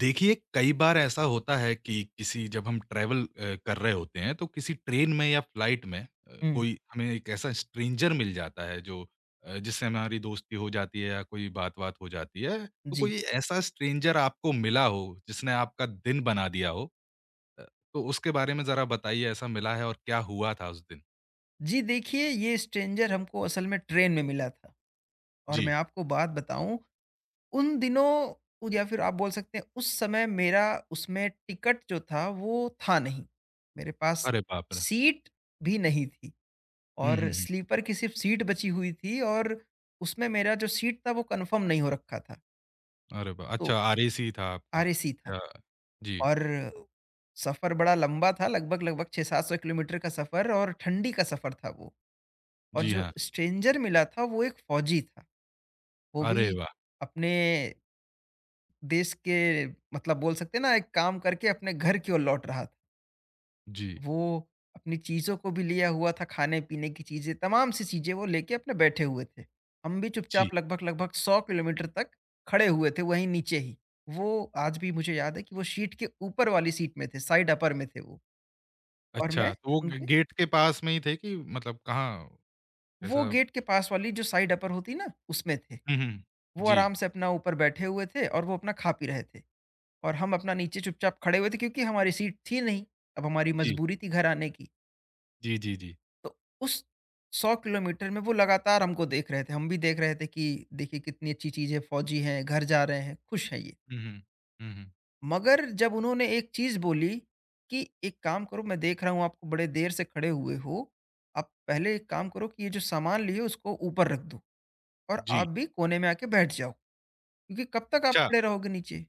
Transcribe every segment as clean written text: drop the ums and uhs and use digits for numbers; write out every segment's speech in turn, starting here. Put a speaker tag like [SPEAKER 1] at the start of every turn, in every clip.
[SPEAKER 1] देखिए, कई बार ऐसा होता है कि किसी जब हम ट्रैवल कर रहे होते हैं, तो किसी ट्रेन में या फ्लाइट में
[SPEAKER 2] हुँ,
[SPEAKER 1] कोई हमें एक ऐसा स्ट्रेंजर मिल जाता है जिससे हमारी दोस्ती हो जाती है या कोई बात-वात हो जाती है। तो
[SPEAKER 2] जी।
[SPEAKER 1] कोई ऐसा स्ट्रेंजर आपको मिला हो, जिसने आपका दिन बना दिया हो, अ, तो उसके बारे में ज़रा बताइए ऐसा मिला है और क्या हुआ था उस दिन?
[SPEAKER 2] जी, देखिए ये स्ट्रेंजर हमको असल में ट्रेन में मिला था और मैं
[SPEAKER 1] जी।
[SPEAKER 2] आपको बात बताऊँ, उन दिनों उ या फिर आप बोल सकते हैं उस समय मेरा उसमें टिकट जो था वो था नहीं। मेरे पास
[SPEAKER 1] अरे बाप रे!
[SPEAKER 2] सीट भी नहीं थी
[SPEAKER 1] हुँ, हुँ,
[SPEAKER 2] और
[SPEAKER 1] हुँ।
[SPEAKER 2] स्लीपर की सिर्फ़ सीट बची हुई थी और उसमें मेरा जो सीट था वो कन्फ़र्म नहीं हो रखा था,
[SPEAKER 1] अरे वाह!
[SPEAKER 2] तो
[SPEAKER 1] अच्छा, आरएसी था आपका।
[SPEAKER 2] आरएसी था
[SPEAKER 1] अ, जी।
[SPEAKER 2] और सफ़र बड़ा लंबा था लगभग-लगभग 600-700 किलोमीटर का सफ़र और ठंडी का सफ़र था वो। और
[SPEAKER 1] जी
[SPEAKER 2] जो
[SPEAKER 1] हाँ।
[SPEAKER 2] स्ट्रेंजर मिला था वो एक फौजी था। वो
[SPEAKER 1] अरे
[SPEAKER 2] भी
[SPEAKER 1] वाह!
[SPEAKER 2] अपने देश के मतलब बोल सकते हैं ना एक काम करके अपने घर की ओर लौट रहा था।
[SPEAKER 1] जी।
[SPEAKER 2] वो अपनी चीज़ों को भी लिया हुआ था, खाने-पीने की चीज़ें, तमाम सी चीज़ें वो लेके अपने बैठे हुए थे। हम भी
[SPEAKER 1] जी।
[SPEAKER 2] चुपचाप लगभग-लगभग 100 किलोमीटर तक खड़े हुए थे वहीं नीचे ही। वो आज भी मुझे याद है कि वो सीट के ऊपर वाली सीट में थे, साइड अपर में थे वो और मैं
[SPEAKER 1] अच्छा, तो वो ग
[SPEAKER 2] उनके
[SPEAKER 1] गेट के पास में ही थे कि मतलब कहाँ
[SPEAKER 2] वो
[SPEAKER 1] ऐसा?
[SPEAKER 2] गेट के पास वाली जो साइड अपर होती है ना उसमें थे।
[SPEAKER 1] हुँ, हुँ।
[SPEAKER 2] वो
[SPEAKER 1] जी।
[SPEAKER 2] आराम से अपना ऊपर बैठे हुए थे और वो अपना खा पी रहे थे और हम अपना नीचे चुपचाप खड़े हुए थे क्योंकि हमारी सीट थी नहीं। अब हमारी
[SPEAKER 1] जी।
[SPEAKER 2] मजबूरी थी घर आने की।
[SPEAKER 1] जी, जी, जी।
[SPEAKER 2] तो उस 100 किलोमीटर में वो लगातार हमको देख रहे थे, हम भी देख रहे थे कि देखिए कितनी अच्छी चीज़ है, फौजी हैं घर जा रहे हैं, खुश हैं ये।
[SPEAKER 1] हुँ, हुँ। हुँ, हुँ।
[SPEAKER 2] मगर जब उन्होंने एक चीज़ बोली कि एक काम करो, मैं देख रहा हूँ आपको बड़े देर से खड़े हुए हो, आप पहले एक काम करो कि ये जो सामान लिए उसको ऊपर रख दो और
[SPEAKER 1] जी।
[SPEAKER 2] आप भी कोने में आके बैठ जाओ, क्योंकि कब तक आप
[SPEAKER 1] अच्छा!
[SPEAKER 2] खड़े रहोगे नीचे।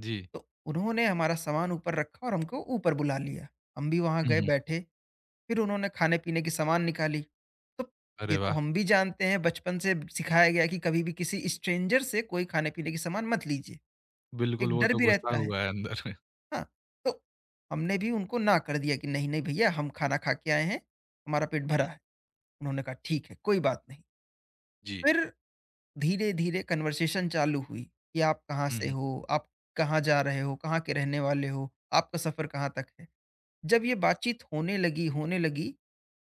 [SPEAKER 1] जी।
[SPEAKER 2] तो उन्होंने हमारा सामान ऊपर रखा और हमको ऊपर बुला लिया। हम भी वहाँ
[SPEAKER 1] हुँ,
[SPEAKER 2] गए
[SPEAKER 1] हुँ।
[SPEAKER 2] बैठे, फिर उन्होंने खाने-पीने की सामान निकाली। तो
[SPEAKER 1] अरे
[SPEAKER 2] ये तो
[SPEAKER 1] वाह!
[SPEAKER 2] हम भी जानते हैं बचपन से सिखाया गया है कि कभी भी किसी स्ट्रेंजर से कोई खाने-पीने की सामान मत लीजिए,
[SPEAKER 1] बिल्कुल,
[SPEAKER 2] एक
[SPEAKER 1] वो
[SPEAKER 2] डर
[SPEAKER 1] तो
[SPEAKER 2] भी
[SPEAKER 1] घुसा
[SPEAKER 2] रहता है।
[SPEAKER 1] हुआ है अंदर।
[SPEAKER 2] हाँ, तो हमने भी उनको ना कर दिया कि नहीं, नहीं भैया हम खाना खा के आए हैं, हमारा पेट
[SPEAKER 1] हुँ,
[SPEAKER 2] भरा है। उन्होंने कहा ठीक है, कोई बात नहीं।
[SPEAKER 1] जी।
[SPEAKER 2] फिर धीरे-धीरे कन्वर्सेशन चालू हुई कि आप कहाँ
[SPEAKER 1] हुँ,
[SPEAKER 2] से
[SPEAKER 1] हुँ।
[SPEAKER 2] हो? आप कहाँ जा रहे हो? कहाँ के रहने वाले हो? आपका सफ़र कहाँ तक है? जब ये बातचीत होने लगी,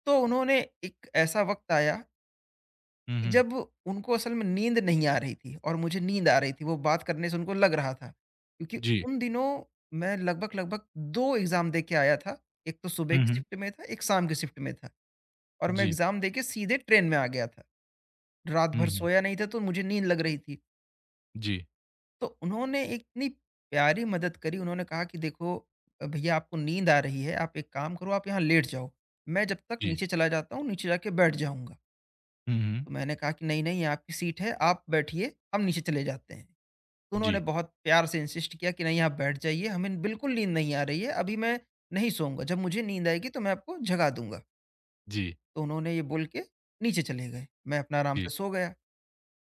[SPEAKER 2] तो उन्होंने एक ऐसा वक़्त आया
[SPEAKER 1] हुँ,
[SPEAKER 2] कि
[SPEAKER 1] हुँ।
[SPEAKER 2] जब उनको असल में नींद नहीं आ रही थी और मुझे नींद आ रही थी, वो बात करने से उनको लग रहा था। क्योंकि
[SPEAKER 1] जी।
[SPEAKER 2] उन दिनों मैं लगभग-लगभग 2 एग्ज़ाम दे के आया था, एक तो सुबह
[SPEAKER 1] हुँ,
[SPEAKER 2] की
[SPEAKER 1] हुँ।
[SPEAKER 2] शिफ्ट में था, एक शाम की शिफ्ट में था और मैं
[SPEAKER 1] जी।
[SPEAKER 2] एग्ज़ाम दे के सीधे ट्रेन में आ गया था। रात
[SPEAKER 1] हुँ,
[SPEAKER 2] भर
[SPEAKER 1] हुँ।
[SPEAKER 2] सोया नहीं था, तो मुझे नींद लग रही थी।
[SPEAKER 1] जी।
[SPEAKER 2] तो उन्होंने एक इतनी प्यारी मदद करी, उन्होंने कहा कि देखो भैया आपको नींद आ रही है, आप एक काम करो आप यहाँ लेट जाओ। मैं जब तक
[SPEAKER 1] जी।
[SPEAKER 2] नीचे चला जाता हूँ, नीचे जाके बैठ जाऊँगा।
[SPEAKER 1] हुँ, हुँ।
[SPEAKER 2] तो मैंने कहा कि नहीं-नहीं ये आपकी सीट है, आप बैठिए, हम नीचे चले जाते हैं। तो उन्होंने
[SPEAKER 1] जी।
[SPEAKER 2] बहुत प्यार से इंसिस्ट किया कि नहीं आप बैठ जाइए, हमें बिल्कुल नींद नहीं आ रही है, अभी मैं नहीं सोऊँगा, जब मुझे नींद आएगी तो मैं आपको जगा दूँगा।
[SPEAKER 1] जी।
[SPEAKER 2] तो उन्होंने ये बोल के नीचे चले गए। मैं अपना आराम
[SPEAKER 1] जी।
[SPEAKER 2] से सो गया।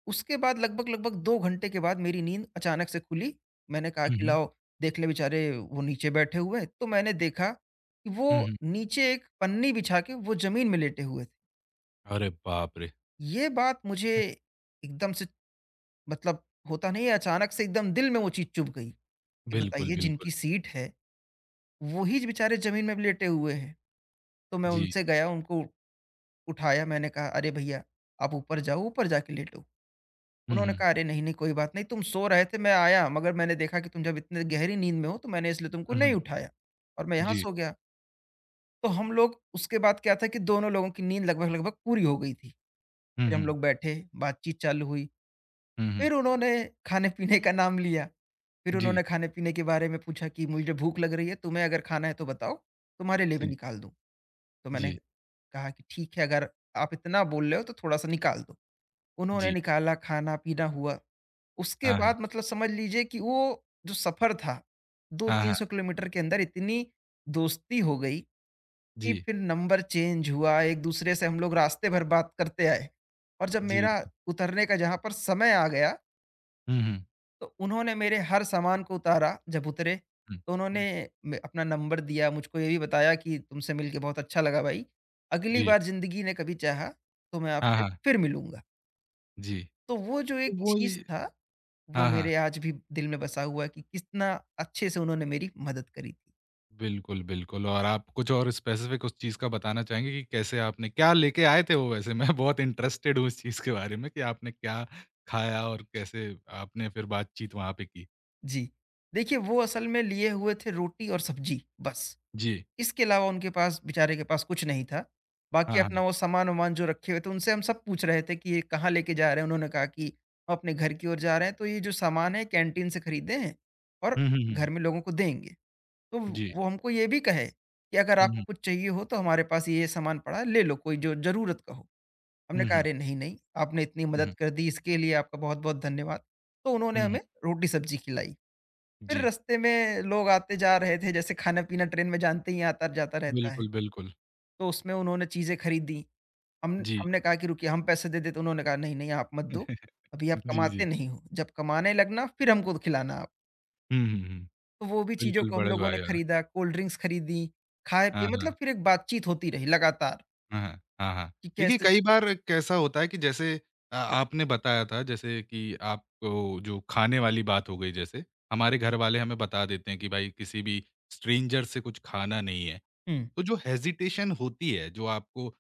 [SPEAKER 2] उसके बाद लगभग-लगभग 2 घंटे के बाद मेरी नींद अचानक से खुली। मैंने कहा
[SPEAKER 1] हुँ,
[SPEAKER 2] कि
[SPEAKER 1] हुँ।
[SPEAKER 2] लाओ देख ले बेचारे वो नीचे बैठे हुए हैं, तो मैंने देखा कि वो
[SPEAKER 1] हुँ, हुँ।
[SPEAKER 2] नीचे एक पन्नी बिछा के वो ज़मीन में लेटे हुए थे।
[SPEAKER 1] अरे बाप रे!
[SPEAKER 2] ये बात मुझे एकदम से मतलब होता नहीं है, अचानक से एकदम दिल में वो चीज़ चुभ गई कि
[SPEAKER 1] बिल्कुल,
[SPEAKER 2] बताइए
[SPEAKER 1] बिल्कुल।
[SPEAKER 2] जिनकी सीट है, वही बेचारे ज़मीन में लेटे हुए हैं। तो मैं
[SPEAKER 1] जी।
[SPEAKER 2] उनसे गया, उनको उठाया, मैंने कहा, "अरे भैया आप ऊपर जाओ, ऊपर जाके लेटो।"
[SPEAKER 1] हुँ,
[SPEAKER 2] उन्होंने
[SPEAKER 1] हुँ।
[SPEAKER 2] कहा, "अरे! नहीं, नहीं, कोई बात नहीं, तुम सो रहे थे, मैं आया, मगर मैंने देखा कि तुम जब इतने गहरी नींद में हो, तो मैंने इसलिए तुमको
[SPEAKER 1] हुँ,
[SPEAKER 2] नहीं
[SPEAKER 1] हुँ।
[SPEAKER 2] उठाया और मैं यहाँ
[SPEAKER 1] जी।
[SPEAKER 2] सो गया।" तो हम लोग उसके बाद क्या था कि दोनों लोगों की नींद लगभग-लगभग पूरी हो गई थी।
[SPEAKER 1] हुँ,
[SPEAKER 2] फिर हम
[SPEAKER 1] हुँ।
[SPEAKER 2] लोग बैठे, बातचीत चालू हुई,
[SPEAKER 1] हुँ, हुँ।
[SPEAKER 2] फिर उन्होंने खाने-पीने का नाम लिया। फिर
[SPEAKER 1] जी।
[SPEAKER 2] उन्होंने खाने-पीने के बारे में पूछा कि, "मुझे भूख लग रही है, तुम्हें अगर खाना है तो बताओ, तुम्हारे लिए मैं
[SPEAKER 1] जी।
[SPEAKER 2] निकाल दूँ।" तो मैंने
[SPEAKER 1] जी।
[SPEAKER 2] कहा कि, "ठीक है, अगर आप इतना बोल रहे हो, तो थोड़ा-सा निकाल दो।" उन्होंने
[SPEAKER 1] जी।
[SPEAKER 2] निकाला, खाना-पीना हुआ। उसके
[SPEAKER 1] हाँ, हाँ।
[SPEAKER 2] बाद मतलब समझ लीजिए कि वो जो सफ़र था,
[SPEAKER 1] हाँ, हाँ।
[SPEAKER 2] 2-300 किलोमीटर के अंदर इतनी दोस्ती हो गई कि
[SPEAKER 1] जी,
[SPEAKER 2] फिर नंबर चेंज हुआ, एक-दूसरे से हम लोग रास्ते भर बात करते आए। और जब
[SPEAKER 1] जी,
[SPEAKER 2] मेरा
[SPEAKER 1] जी।
[SPEAKER 2] उतरने का जहाँ पर समय आ गया,
[SPEAKER 1] हुँ, हुँ,
[SPEAKER 2] तो उन्होंने मेरे हर सामान को उतारा, जब उतरे
[SPEAKER 1] हुँ,
[SPEAKER 2] तो
[SPEAKER 1] हुँ।
[SPEAKER 2] उन्होंने म अपना नंबर दिया, मुझको ये भी बताया कि तुमसे मिलके बहुत अच्छा लगा भाई, अगली
[SPEAKER 1] जी।
[SPEAKER 2] बार ज़िंदगी ने कभी चाहा, तो मैं
[SPEAKER 1] हाँ,
[SPEAKER 2] आपसे
[SPEAKER 1] हाँ।
[SPEAKER 2] फिर मिलूँगा।
[SPEAKER 1] जी। तो
[SPEAKER 2] तो वो जो एक
[SPEAKER 1] वो ये
[SPEAKER 2] चीज़ था वो
[SPEAKER 1] हाँ, हाँ।
[SPEAKER 2] मेरे आज भी दिल में बसा हुआ है कि कितना अच्छे से उन्होंने मेरी मदद करी थी।
[SPEAKER 1] बिल्कुल, बिल्कुल। और आप कुछ और स्पेसिफ़िक उस चीज़ का बताना चाहेंगे कि कैसे आपने क्या लेके आए थे वो वैसे? मैं बहुत इंटरेस्टेड हूँ इस चीज़ के बारे में कि आपने क्या खाया और कैसे आपने फिर बातचीत वहाँ पे की?
[SPEAKER 2] जी। देखिए वो असल में लिए हुए थे रोटी और सब्ज़ी बस।
[SPEAKER 1] जी।
[SPEAKER 2] इसके अलावा उनके पास बेचारे के पास कुछ नहीं था।
[SPEAKER 1] हाँ,
[SPEAKER 2] बाकी अपना
[SPEAKER 1] हाँ।
[SPEAKER 2] वो सामान-वामान जो रखे हुए थे उनसे हम सब पूछ रहे थे कि ये कहाँ लेके जा रहे हैं? उन्होंने कहा कि हम अपने घर की ओर जा रहे हैं, तो ये जो सामान है कैंटीन से खरीदे हैं और
[SPEAKER 1] हुँ, हुँ, हुँ।
[SPEAKER 2] घर में लोगों को देंगे। तो
[SPEAKER 1] जी।
[SPEAKER 2] वो हमको ये भी कहे कि अगर
[SPEAKER 1] हुँ,
[SPEAKER 2] आपको
[SPEAKER 1] हुँ।
[SPEAKER 2] कुछ चाहिए हो तो हमारे पास ये-ये सामान पड़ा है, ले लो कोई जो ज़रूरत का हो। हमने
[SPEAKER 1] हुँ,
[SPEAKER 2] कहा
[SPEAKER 1] हुँ।
[SPEAKER 2] अरे नहीं, नहीं, आपने इतनी
[SPEAKER 1] हुँ,
[SPEAKER 2] मदद
[SPEAKER 1] हुँ।
[SPEAKER 2] कर दी इसके लिए आपका बहुत-बहुत धन्यवाद। तो उन्होंने
[SPEAKER 1] हुँ, हुँ।
[SPEAKER 2] हमें रोटी-सब्ज़ी खिलाई। फिर
[SPEAKER 1] जी।
[SPEAKER 2] रास्ते में लोग आते जा रहे थे, जैसे खाना-पीना ट्रेन में जानते ही आता-जाता रहता है।
[SPEAKER 1] बिल्कुल, बिल्कुल।
[SPEAKER 2] तो उसमें उन्होंने चीज़ें खरीदी। हम
[SPEAKER 1] जी।
[SPEAKER 2] हमने कहा कि रुकिए हम पैसे दे दें, तो उन्होंने कहा नहीं, नहीं आप मत दो, अभी आप
[SPEAKER 1] जी,
[SPEAKER 2] कमाते
[SPEAKER 1] जी।
[SPEAKER 2] नहीं हो, जब कमाने लगना फिर हमको खिलाना आप।
[SPEAKER 1] हुँ, हुँ, हुँ।
[SPEAKER 2] तो वो भी चीज़ों
[SPEAKER 1] बिल्कुल,
[SPEAKER 2] को हम
[SPEAKER 1] बड़े
[SPEAKER 2] लोगों ने
[SPEAKER 1] भाई वाला।
[SPEAKER 2] खरीदा, कोल्ड ड्रिंक्स खरीदी,
[SPEAKER 1] हाँ,
[SPEAKER 2] खाए-पिए,
[SPEAKER 1] हाँ।
[SPEAKER 2] मतलब फिर एक बातचीत होती रही लगातार
[SPEAKER 1] हाँ, हाँ। हाँ, हाँ।
[SPEAKER 2] कि
[SPEAKER 1] देखिए,
[SPEAKER 2] कैसे।
[SPEAKER 1] कई बार कैसा होता है कि जैसे आपने बताया था जैसे कि आपको जो खाने वाली बात हो गई जैसे, हमारे घर वाले हमें बता देते हैं कि भाई किसी भी स्ट्रेंजर से कुछ खाना नहीं है।
[SPEAKER 2] हुँ,
[SPEAKER 1] तो जो हेज़िटेशन होती है, जो आपको अ,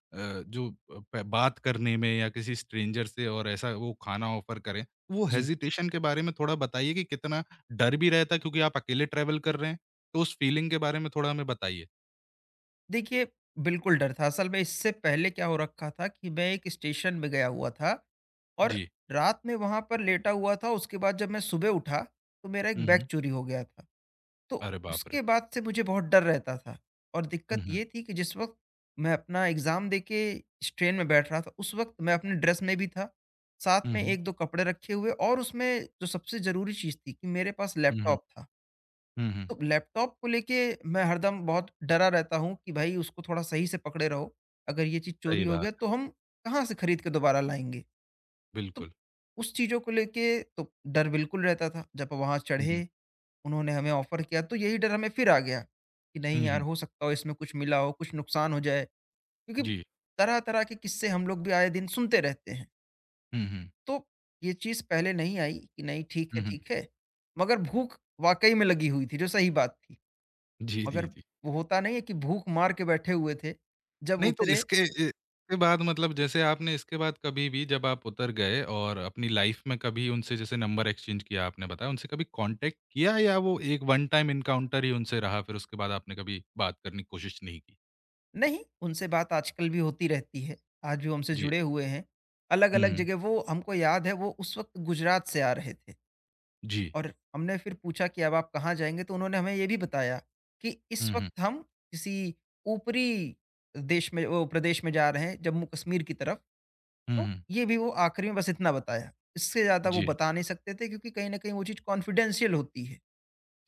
[SPEAKER 1] जो अ, प बात करने में या किसी स्ट्रेंजर से और ऐसा वो खाना ऑफ़र करें, वो
[SPEAKER 2] जी।
[SPEAKER 1] हेज़िटेशन के बारे में थोड़ा बताइए कि कितना डर भी रहता है क्योंकि आप अकेले ट्रैवल कर रहे हैं? तो उस फीलिंग के बारे में थोड़ा हमें बताइए?
[SPEAKER 2] देखिए, बिल्कुल डर था। असल में इससे पहले क्या हो रखा था कि मैं एक स्टेशन पे गया हुआ था और
[SPEAKER 1] जी।
[SPEAKER 2] रात में वहाँ पर लेटा हुआ था। उसके बाद जब मैं सुबह उठा, तो मेरा एक
[SPEAKER 1] हुँ,
[SPEAKER 2] बैग
[SPEAKER 1] हुँ।
[SPEAKER 2] चोरी हो गया था। तो
[SPEAKER 1] अरे बाप रे!
[SPEAKER 2] उसके बाद से मुझे बहुत डर रहता था और
[SPEAKER 1] हुँ,
[SPEAKER 2] दिक्कत
[SPEAKER 1] हुँ।
[SPEAKER 2] ये थी कि जिस वक़्त मैं अपना एग्ज़ाम देके इस ट्रेन में बैठ रहा था, उस वक़्त मैं अपने ड्रेस में भी था। साथ
[SPEAKER 1] हुँ,
[SPEAKER 2] में
[SPEAKER 1] हुँ।
[SPEAKER 2] 1-2 कपड़े रखे हुए और उसमें जो सबसे ज़रूरी चीज़ थी कि मेरे पास
[SPEAKER 1] हुँ, हुँ।
[SPEAKER 2] लैपटॉप था।
[SPEAKER 1] हुँ, हुँ।
[SPEAKER 2] तो लैपटॉप को लेके मैं हरदम बहुत डरा रहता हूँ कि भाई उसको थोड़ा सही से पकड़े रहो। अगर ये चीज़
[SPEAKER 1] सही
[SPEAKER 2] चोरी हो
[SPEAKER 1] बात
[SPEAKER 2] गया
[SPEAKER 1] है,
[SPEAKER 2] तो हम कहाँ से खरीद के दोबारा लाएँगे? तो
[SPEAKER 1] बिल्कुल।
[SPEAKER 2] उस चीज़ों को लेके तो डर बिल्कुल रहता था। जब वहाँ
[SPEAKER 1] हुँ, हुँ।
[SPEAKER 2] चढ़े, उन्होंने हमें ऑफ़र किया तो यही डर हमें फिर आ गया कि नहीं
[SPEAKER 1] हुँ,
[SPEAKER 2] यार,
[SPEAKER 1] हुँ।
[SPEAKER 2] हो सकता हो इसमें कुछ मिला हो, कुछ नुकसान हो जाए। क्योंकि
[SPEAKER 1] जी।
[SPEAKER 2] तरह-तरह के किस्से हम लोग भी आए दिन सुनते रहते हैं।
[SPEAKER 1] हुँ, हुँ।
[SPEAKER 2] तो ये चीज़ पहले नहीं आई कि नहीं ठीक
[SPEAKER 1] हुँ,
[SPEAKER 2] है,
[SPEAKER 1] हुँ।
[SPEAKER 2] ठीक है। मगर भूख वाक़ई में लगी हुई थी, जो सही बात थी।
[SPEAKER 1] जी,
[SPEAKER 2] मगर
[SPEAKER 1] जी, जी।
[SPEAKER 2] वो होता नहीं है कि भूख मार के बैठे हुए थे, जब
[SPEAKER 1] नहीं तो
[SPEAKER 2] उतरे
[SPEAKER 1] इसके ए इसके बाद मतलब जैसे आपने इसके बाद कभी भी जब आप उतर गए और अपनी लाइफ़ में कभी उनसे जैसे नंबर एक्सचेंज किया आपने बताया, उनसे कभी कॉन्टैक्ट किया या वो एक वन टाइम एनकाउंटर ही उनसे रहा, फिर उसके बाद आपने कभी बात करने की कोशिश नहीं की?
[SPEAKER 2] नहीं, उनसे बात आजकल भी होती रहती है, आज भी वो हमसे
[SPEAKER 1] जी।
[SPEAKER 2] जुड़े हुए हैं।
[SPEAKER 1] हुँ,
[SPEAKER 2] अलग-अलग
[SPEAKER 1] हुँ।
[SPEAKER 2] जगह वो हमको याद है, वो उस वक़्त गुजरात से आ रहे थे
[SPEAKER 1] जी।
[SPEAKER 2] और हमने फिर पूछा कि अब आप कहाँ जाएँगे? तो उन्होंने हमें ये भी बताया कि इस
[SPEAKER 1] हुँ, हुँ।
[SPEAKER 2] वक़्त हम किसी ऊपरी देश में, वो प्रदेश में जा रहे हैं, जम्मू-कश्मीर की तरफ।
[SPEAKER 1] हुँ,
[SPEAKER 2] तो
[SPEAKER 1] हुँ।
[SPEAKER 2] ये भी वो आखिरी में बस इतना बताया, इससे ज़्यादा वो
[SPEAKER 1] जी।
[SPEAKER 2] बता नहीं सकते थे क्योंकि कहीं न कहीं वो चीज़ कॉन्फिडेंशियल होती है।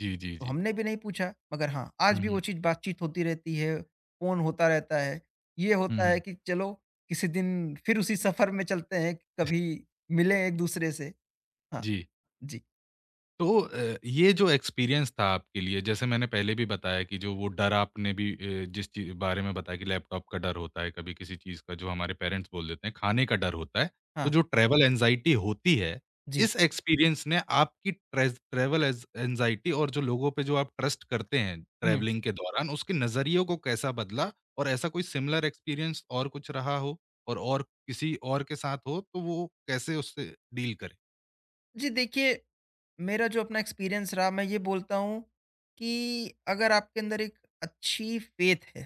[SPEAKER 1] जी, जी,
[SPEAKER 2] तो
[SPEAKER 1] जी।
[SPEAKER 2] हमने भी नहीं पूछा, मगर हाँ, आज
[SPEAKER 1] हुँ,
[SPEAKER 2] भी
[SPEAKER 1] हुँ।
[SPEAKER 2] वो चीज़ बातचीत होती रहती है, फ़ोन होता रहता है। ये
[SPEAKER 1] हुँ,
[SPEAKER 2] होता है
[SPEAKER 1] हुँ।
[SPEAKER 2] कि चलो किसी दिन फिर उसी सफ़र में चलते हैं, कभी मिलें एक-दूसरे से। हाँ,
[SPEAKER 1] जी।
[SPEAKER 2] जी,
[SPEAKER 1] तो ये जो एक्सपीरियंस था आपके लिए जैसे मैंने पहले भी बताया कि जो वो डर आपने भी, जिस चीज़ बारे में बताया कि लैपटॉप का डर होता है, कभी किसी चीज़ का जो हमारे पेरेंट्स बोल देते हैं, खाने का डर होता है। तो
[SPEAKER 2] हाँ,
[SPEAKER 1] जो ट्रैवल एंग्ज़ायटी होती है,
[SPEAKER 2] जी,
[SPEAKER 1] इस एक्सपीरियंस ने आपकी ट्रेज़ ट्रैवल एज़ एंग्ज़ायटी और जो लोगों पे जो आप ट्रस्ट करते हैं
[SPEAKER 2] हुँ।
[SPEAKER 1] ट्रैवलिंग के दौरान, उसके नज़रियों को कैसा बदला? और ऐसा कोई सिमिलर एक्सपीरियंस और कुछ रहा हो और किसी और के साथ हो, तो वो कैसे उससे डील करें?
[SPEAKER 2] जी, देखिए मेरा जो अपना एक्सपीरियंस रहा, मैं ये बोलता हूँ कि अगर आपके अंदर एक अच्छी फ़ेथ है,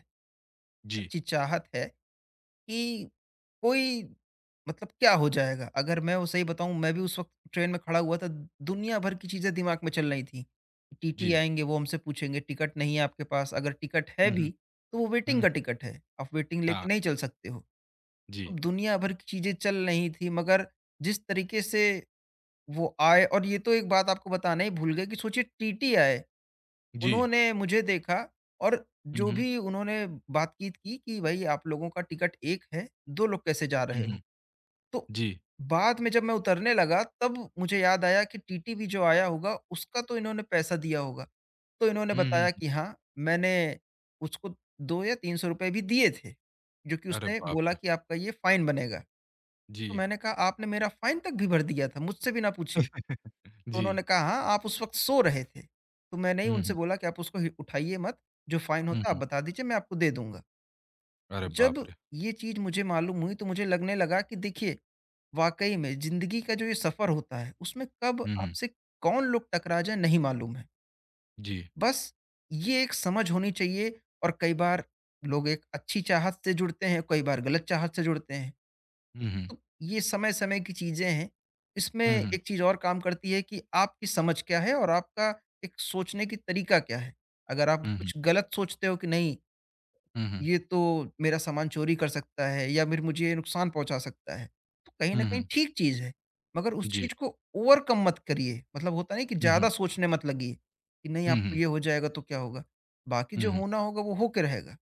[SPEAKER 1] जी,
[SPEAKER 2] अच्छी चाहत है कि कोई मतलब क्या हो जाएगा? अगर मैं वो सही बताऊँ, मैं भी उस वक़्त ट्रेन में खड़ा हुआ था, दुनिया भर की चीज़ें दिमाग में चल रही थी। टीटी
[SPEAKER 1] जी।
[SPEAKER 2] आएँगे, वो हमसे पूछेंगे टिकट नहीं है आपके पास, अगर टिकट है
[SPEAKER 1] हुँ, हुँ।
[SPEAKER 2] भी तो वो वेटिंग
[SPEAKER 1] हुँ,
[SPEAKER 2] का टिकट है, आप वेटिंग
[SPEAKER 1] हाँ,
[SPEAKER 2] लेके नहीं चल सकते हो।
[SPEAKER 1] जी,
[SPEAKER 2] अब दुनिया भर की चीज़ें चल रही थी, मगर जिस तरीके से वो आए, और ये तो एक बात आपको बताना ही भूल गए कि सोचिए टीटी आए।
[SPEAKER 1] जी।
[SPEAKER 2] उन्होंने मुझे देखा और
[SPEAKER 1] हुँ,
[SPEAKER 2] जो
[SPEAKER 1] हुँ,
[SPEAKER 2] भी उन्होंने बातचीत की कि भाई आप लोगों का टिकट एक है, 2 लोग कैसे जा
[SPEAKER 1] हुँ,
[SPEAKER 2] रहे
[SPEAKER 1] हुँ,
[SPEAKER 2] हो? तो
[SPEAKER 1] जी।
[SPEAKER 2] बाद में जब मैं उतरने लगा, तब मुझे याद आया कि टीटी भी जो आया होगा, उसका तो इन्होंने पैसा दिया होगा। तो इन्होंने
[SPEAKER 1] हुँ, हुँ,
[SPEAKER 2] बताया
[SPEAKER 1] हुँ।
[SPEAKER 2] कि हाँ, मैंने उसको 2 या ₹300 भी दिए थे, जो कि
[SPEAKER 1] अरे
[SPEAKER 2] उसने
[SPEAKER 1] बाप
[SPEAKER 2] बोला
[SPEAKER 1] रे!
[SPEAKER 2] कि आपका ये फाइन बनेगा। तो
[SPEAKER 1] जी,
[SPEAKER 2] मैंने कहा, आपने मेरा फाइन तक भी भर दिया था, मुझसे भी ना पूछे? तो
[SPEAKER 1] जी।
[SPEAKER 2] उन्होंने कहा, "हाँ, आप उस वक़्त सो रहे थे।" तो मैंने ही
[SPEAKER 1] हुँ,
[SPEAKER 2] उनसे
[SPEAKER 1] हुँ,
[SPEAKER 2] बोला कि आप उसको हि उठाइए मत, जो फ़ाइन
[SPEAKER 1] हुँ,
[SPEAKER 2] होता है
[SPEAKER 1] हुँ।
[SPEAKER 2] आप बता दीजिए, मैं आपको दे दूँगा।
[SPEAKER 1] अरे
[SPEAKER 2] जब
[SPEAKER 1] बाप रे!
[SPEAKER 2] ये चीज़ मुझे मालूम हुई, तो मुझे लगने लगा कि देखिए, वाक़ई में ज़िंदगी का जो ये सफ़र होता है, उसमें कब
[SPEAKER 1] हुँ, हुँ,
[SPEAKER 2] आपसे कौन लोग टकरा जाएँ नहीं मालूम है।
[SPEAKER 1] जी।
[SPEAKER 2] बस ये एक समझ होनी चाहिए, और कई बार लोग एक अच्छी चाहत से जुड़ते हैं, कई बार गलत चाहत से जुड़ते हैं।
[SPEAKER 1] हुँ, हुँ,
[SPEAKER 2] तो ये समय-समय की चीज़ें हैं। इसमें
[SPEAKER 1] हुँ, हुँ,
[SPEAKER 2] एक चीज़ और काम करती है कि आपकी समझ क्या है, और आपका एक सोचने की तरीका क्या है। अगर आप
[SPEAKER 1] हुँ, हुँ,
[SPEAKER 2] कुछ गलत सोचते हो कि नहीं,
[SPEAKER 1] हुँ, हुँ,
[SPEAKER 2] ये तो मेरा सामान चोरी कर सकता है या फिर मुझे ये नुकसान पहुँचा सकता है, तो कहीं न
[SPEAKER 1] हुँ,
[SPEAKER 2] कहीं
[SPEAKER 1] हुँ,
[SPEAKER 2] ठीक चीज़ है। मगर उस
[SPEAKER 1] जी।
[SPEAKER 2] चीज़ को ओवरकम मत करिए, मतलब होता नहीं कि
[SPEAKER 1] हुँ, हुँ,
[SPEAKER 2] ज़्यादा सोचने मत लगिए, कि नहीं,
[SPEAKER 1] हुँ,
[SPEAKER 2] आपको
[SPEAKER 1] हुँ,
[SPEAKER 2] ये हो जाएगा तो क्या होगा? बाकी
[SPEAKER 1] हुँ,
[SPEAKER 2] जो
[SPEAKER 1] हुँ,
[SPEAKER 2] होना होगा वो हो के रहेगा।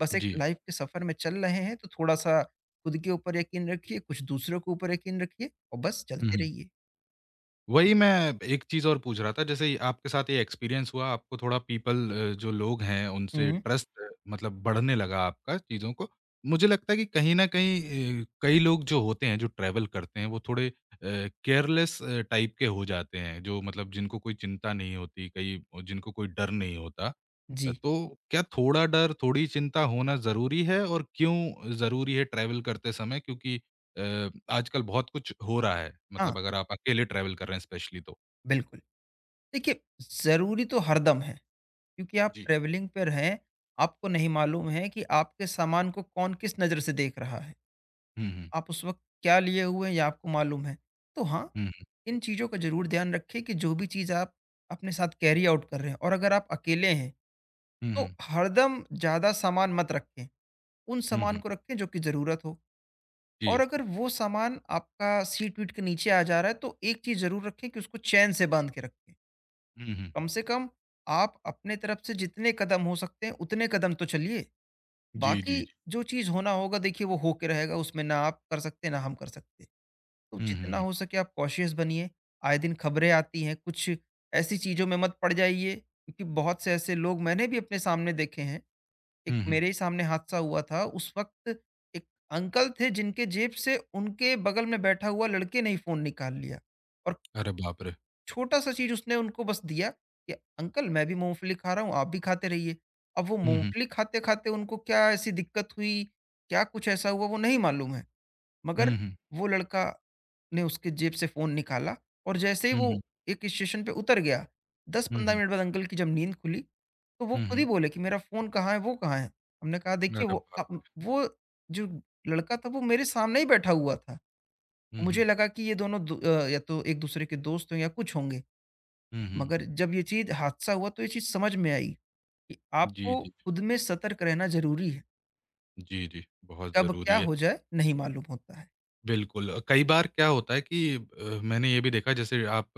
[SPEAKER 2] बस एक
[SPEAKER 1] जी।
[SPEAKER 2] लाइफ के सफर में चल रहे हैं, तो थोड़ा-सा खुद के ऊपर यकीन रखिए, कुछ दूसरों के ऊपर यकीन रखिए और बस
[SPEAKER 1] हुँ,
[SPEAKER 2] चलते
[SPEAKER 1] हुँ।
[SPEAKER 2] रहिए।
[SPEAKER 1] वही मैं एक चीज़ और पूछ रहा था, जैसे आपके साथ ये एक्सपीरियंस हुआ, आपको थोड़ा पीपल जो लोग हैं, उनसे
[SPEAKER 2] हुँ।
[SPEAKER 1] ट्रस्ट मतलब बढ़ने लगा आपका चीज़ों को। मुझे लगता है कि कहीं न कहीं, कई लोग जो होते हैं, जो ट्रैवल करते हैं, वो थोड़े केयरलेस टाइप के हो जाते हैं, जो मतलब जिनको कोई चिंता नहीं होती, कई जिनको कोई डर नहीं होता।
[SPEAKER 2] जी,
[SPEAKER 1] तो क्या थोड़ा डर, थोड़ी चिंता होना ज़रूरी है और क्यों ज़रूरी है ट्रैवल करते समय? क्योंकि अ, आजकल बहुत कुछ हो रहा है,
[SPEAKER 2] हाँ,
[SPEAKER 1] मतलब अगर आप अकेले ट्रैवल कर रहे हैं स्पेशली तो।
[SPEAKER 2] बिल्कुल। देखिए, ज़रूरी तो हरदम है, क्योंकि आप
[SPEAKER 1] जी।
[SPEAKER 2] ट्रैवलिंग पर हैं, आपको नहीं मालूम है कि आपके सामान को कौन किस नज़र से देख रहा है।
[SPEAKER 1] हुँ, हुँ।
[SPEAKER 2] आप उस वक़्त क्या लिए हुए हैं, ये आपको मालूम है। तो हाँ,
[SPEAKER 1] हुँ, हुँ,
[SPEAKER 2] इन चीज़ों का ज़रूर ध्यान रखें कि जो भी चीज़ आप अपने साथ कैरी आउट कर रहे हैं, और अगर आप अकेले हैं,
[SPEAKER 1] हुँ,
[SPEAKER 2] तो
[SPEAKER 1] हुँ,
[SPEAKER 2] हरदम ज़्यादा सामान मत रखें। उन
[SPEAKER 1] हुँ,
[SPEAKER 2] सामान
[SPEAKER 1] हुँ।
[SPEAKER 2] को रखें जो कि ज़रूरत हो।
[SPEAKER 1] जी।
[SPEAKER 2] और अगर वो सामान आपका सीट-वीट के नीचे आ जा रहा है, तो एक चीज़ ज़रूर रखें कि उसको चैन से बाँध के रखें।
[SPEAKER 1] हुँ, हुँ, हुँ।
[SPEAKER 2] कम से कम आप अपने तरफ से जितने कदम हो सकते हैं, उतने कदम तो चलिए।
[SPEAKER 1] जी,
[SPEAKER 2] बाकी
[SPEAKER 1] जी, जी।
[SPEAKER 2] जो चीज़ होना होगा, देखिए, वो हो के रहेगा, उसमें ना आप कर सकते, ना हम कर सकते। तो
[SPEAKER 1] हुँ, हुँ,
[SPEAKER 2] जितना
[SPEAKER 1] हुँ।
[SPEAKER 2] हो सके आप कॉशियस बनिए। आए दिन खबरें आती हैं, कुछ ऐसी चीज़ों में मत पड़ जाइए, क्योंकि बहुत से ऐसे लोग मैंने भी अपने सामने देखे हैं। एक
[SPEAKER 1] हुँ, हुँ।
[SPEAKER 2] मेरे ही सामने हादसा हुआ था उस वक़्त। एक अंकल थे, जिनके जेब से उनके बगल में बैठा हुआ लड़के ने ही फ़ोन निकाल लिया, और
[SPEAKER 1] अरे बाप रे!
[SPEAKER 2] छोटा-सा चीज़ उसने उनको बस दिया कि अंकल, मैं भी मूँगफली खा रहा हूँ, आप भी खाते रहिए। अब वो
[SPEAKER 1] हुँ, हुँ।
[SPEAKER 2] मूँगफली खाते-खाते उनको क्या ऐसी दिक्कत हुई, क्या कुछ ऐसा हुआ वो नहीं मालूम है, मगर
[SPEAKER 1] हुँ, हुँ।
[SPEAKER 2] वो लड़का ने उसके जेब से फ़ोन निकाला, और जैसे ही
[SPEAKER 1] हुँ,
[SPEAKER 2] वो
[SPEAKER 1] हुँ।
[SPEAKER 2] एक स्टेशन पे उतर गया,
[SPEAKER 1] हुँ,
[SPEAKER 2] 10-15
[SPEAKER 1] हुँ।
[SPEAKER 2] मिनट बाद अंकल की जब नींद खुली, तो वो
[SPEAKER 1] हुँ,
[SPEAKER 2] खुद ही
[SPEAKER 1] हुँ।
[SPEAKER 2] बोले कि मेरा फ़ोन कहाँ है, वो कहाँ है? हमने कहा, देखिए,
[SPEAKER 1] अरे बाप रे!
[SPEAKER 2] वो जो लड़का था वो मेरे सामने ही बैठा हुआ था।
[SPEAKER 1] हुँ, हुँ।
[SPEAKER 2] मुझे लगा कि ये दोनों या तो एक दूसरे के दोस्त हों या कुछ होंगे।
[SPEAKER 1] हुँ, हुँ।
[SPEAKER 2] मगर जब ये चीज़ हादसा हुआ, तो ये चीज़ समझ में आई कि
[SPEAKER 1] जी,
[SPEAKER 2] आपको
[SPEAKER 1] जी।
[SPEAKER 2] खुद में सतर्क रहना ज़रूरी है।
[SPEAKER 1] जी, जी। बहुत
[SPEAKER 2] कब
[SPEAKER 1] ज़रूरी
[SPEAKER 2] क्या
[SPEAKER 1] है।
[SPEAKER 2] हो जाए नहीं मालूम होता है।
[SPEAKER 1] बिल्कुल। कई बार क्या होता है कि, मैंने ये भी देखा जैसे आप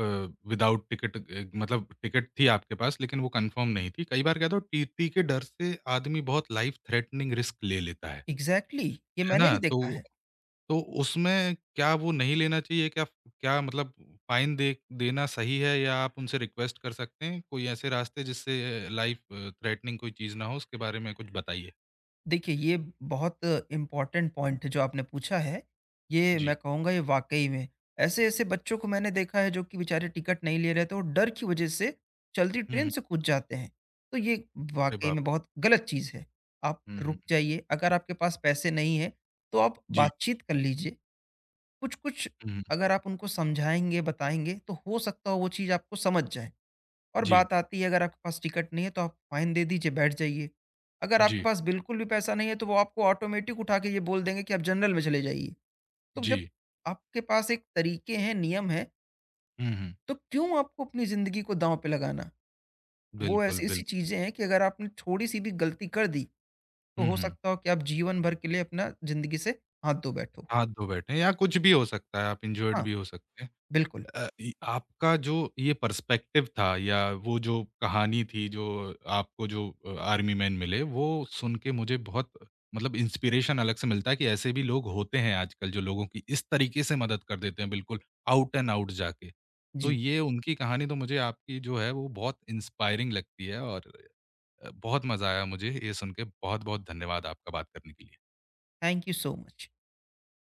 [SPEAKER 1] विदाउट टिकट, मतलब टिकट थी आपके पास लेकिन वो कन्फर्म नहीं थी। कई बार क्या होता है टीटी के डर से आदमी बहुत लाइफ थ्रेटनिंग रिस्क ले लेता है।
[SPEAKER 2] एग्ज़ैक्टली, ये
[SPEAKER 1] है ना?
[SPEAKER 2] मैंने भी
[SPEAKER 1] तो
[SPEAKER 2] देखा है।
[SPEAKER 1] तो उसमें क्या वो नहीं लेना चाहिए? क्या क्या मतलब फाइन दे देना सही है या आप उनसे रिक्वेस्ट कर सकते हैं? कोई ऐसे रास्ते जिससे, लाइफ थ्रेटनिंग कोई चीज़ ना हो उसके बारे में कुछ बताइए?
[SPEAKER 2] देखिए, ये बहुत इम्पोर्टेंट पॉइंट जो आपने पूछा है, ये
[SPEAKER 1] जी।
[SPEAKER 2] मैं कहूँगा, ये वाक़ई में, ऐसे-ऐसे बच्चों को मैंने देखा है जो कि बेचारे टिकट नहीं ले रहे थे और डर की वजह से चलती
[SPEAKER 1] हुँ,
[SPEAKER 2] ट्रेन
[SPEAKER 1] हुँ।
[SPEAKER 2] से कूद जाते हैं। तो ये
[SPEAKER 1] अरे
[SPEAKER 2] वाक़ई
[SPEAKER 1] बाप!
[SPEAKER 2] में बहुत गलत चीज़ है। आप
[SPEAKER 1] हुँ, हुँ।
[SPEAKER 2] रुक जाइए, अगर आपके पास पैसे नहीं हैं, तो आप
[SPEAKER 1] जी।
[SPEAKER 2] बातचीत कर लीजिए। कुछ-कुछ,
[SPEAKER 1] हुँ, हुँ।
[SPEAKER 2] अगर आप उनको समझाएँगे, बताएँगे, तो हो सकता है वो चीज़ आपको समझ जाएँ। और
[SPEAKER 1] जी।
[SPEAKER 2] बात आती है, अगर आपके पास टिकट नहीं है तो आप फाइन दे दीजिए, बैठ जाइए। अगर आपके
[SPEAKER 1] जी।
[SPEAKER 2] पास बिल्कुल भी पैसा नहीं है, तो वो आपको ऑटोमेटिक उठा के ये बोल देंगे कि आप जनरल में चले जाइए। तो जब
[SPEAKER 1] जी।
[SPEAKER 2] आपके पास एक तरीके हैं, नियम हैं,
[SPEAKER 1] हुँ, हुँ।
[SPEAKER 2] तो क्यों आपको अपनी ज़िंदगी को दाँव पे लगाना? वो
[SPEAKER 1] बिल्कुल, बिल्कुल।
[SPEAKER 2] ऐसी-ऐसी चीज़ें हैं कि अगर आपने थोड़ी-सी भी गलती कर दी, तो
[SPEAKER 1] हुँ,
[SPEAKER 2] हो
[SPEAKER 1] हुँ।
[SPEAKER 2] सकता हो कि आप जीवन भर के लिए अपना ज़िंदगी से हाथ धो बैठो।
[SPEAKER 1] हाथ धो बैठे या कुछ भी हो सकता है, आप इंजर्ड
[SPEAKER 2] हाँ,
[SPEAKER 1] भी हो सकते हैं।
[SPEAKER 2] बिल्कुल।
[SPEAKER 1] अ, इ आपका जो ये पर्सपेक्टिव था या वो जो कहानी थी जो आपको, आर्मी मैन मिले, वो सुन के मुझे बहुत मतलब इंस्पिरेशन अलग से मिलता है कि ऐसे भी लोग होते हैं आजकल जो लोगों की इस तरीके से मदद कर देते हैं बिल्कुल आउट एंड आउट जाके। तो
[SPEAKER 2] जी,
[SPEAKER 1] ये उनकी कहानी तो मुझे आपकी जो है वो बहुत इंस्पायरिंग लगती है और, बहुत मज़ा आया मुझे ये सुन के। बहुत-बहुत धन्यवाद आपका बात करने के लिए।
[SPEAKER 2] Thank you so much.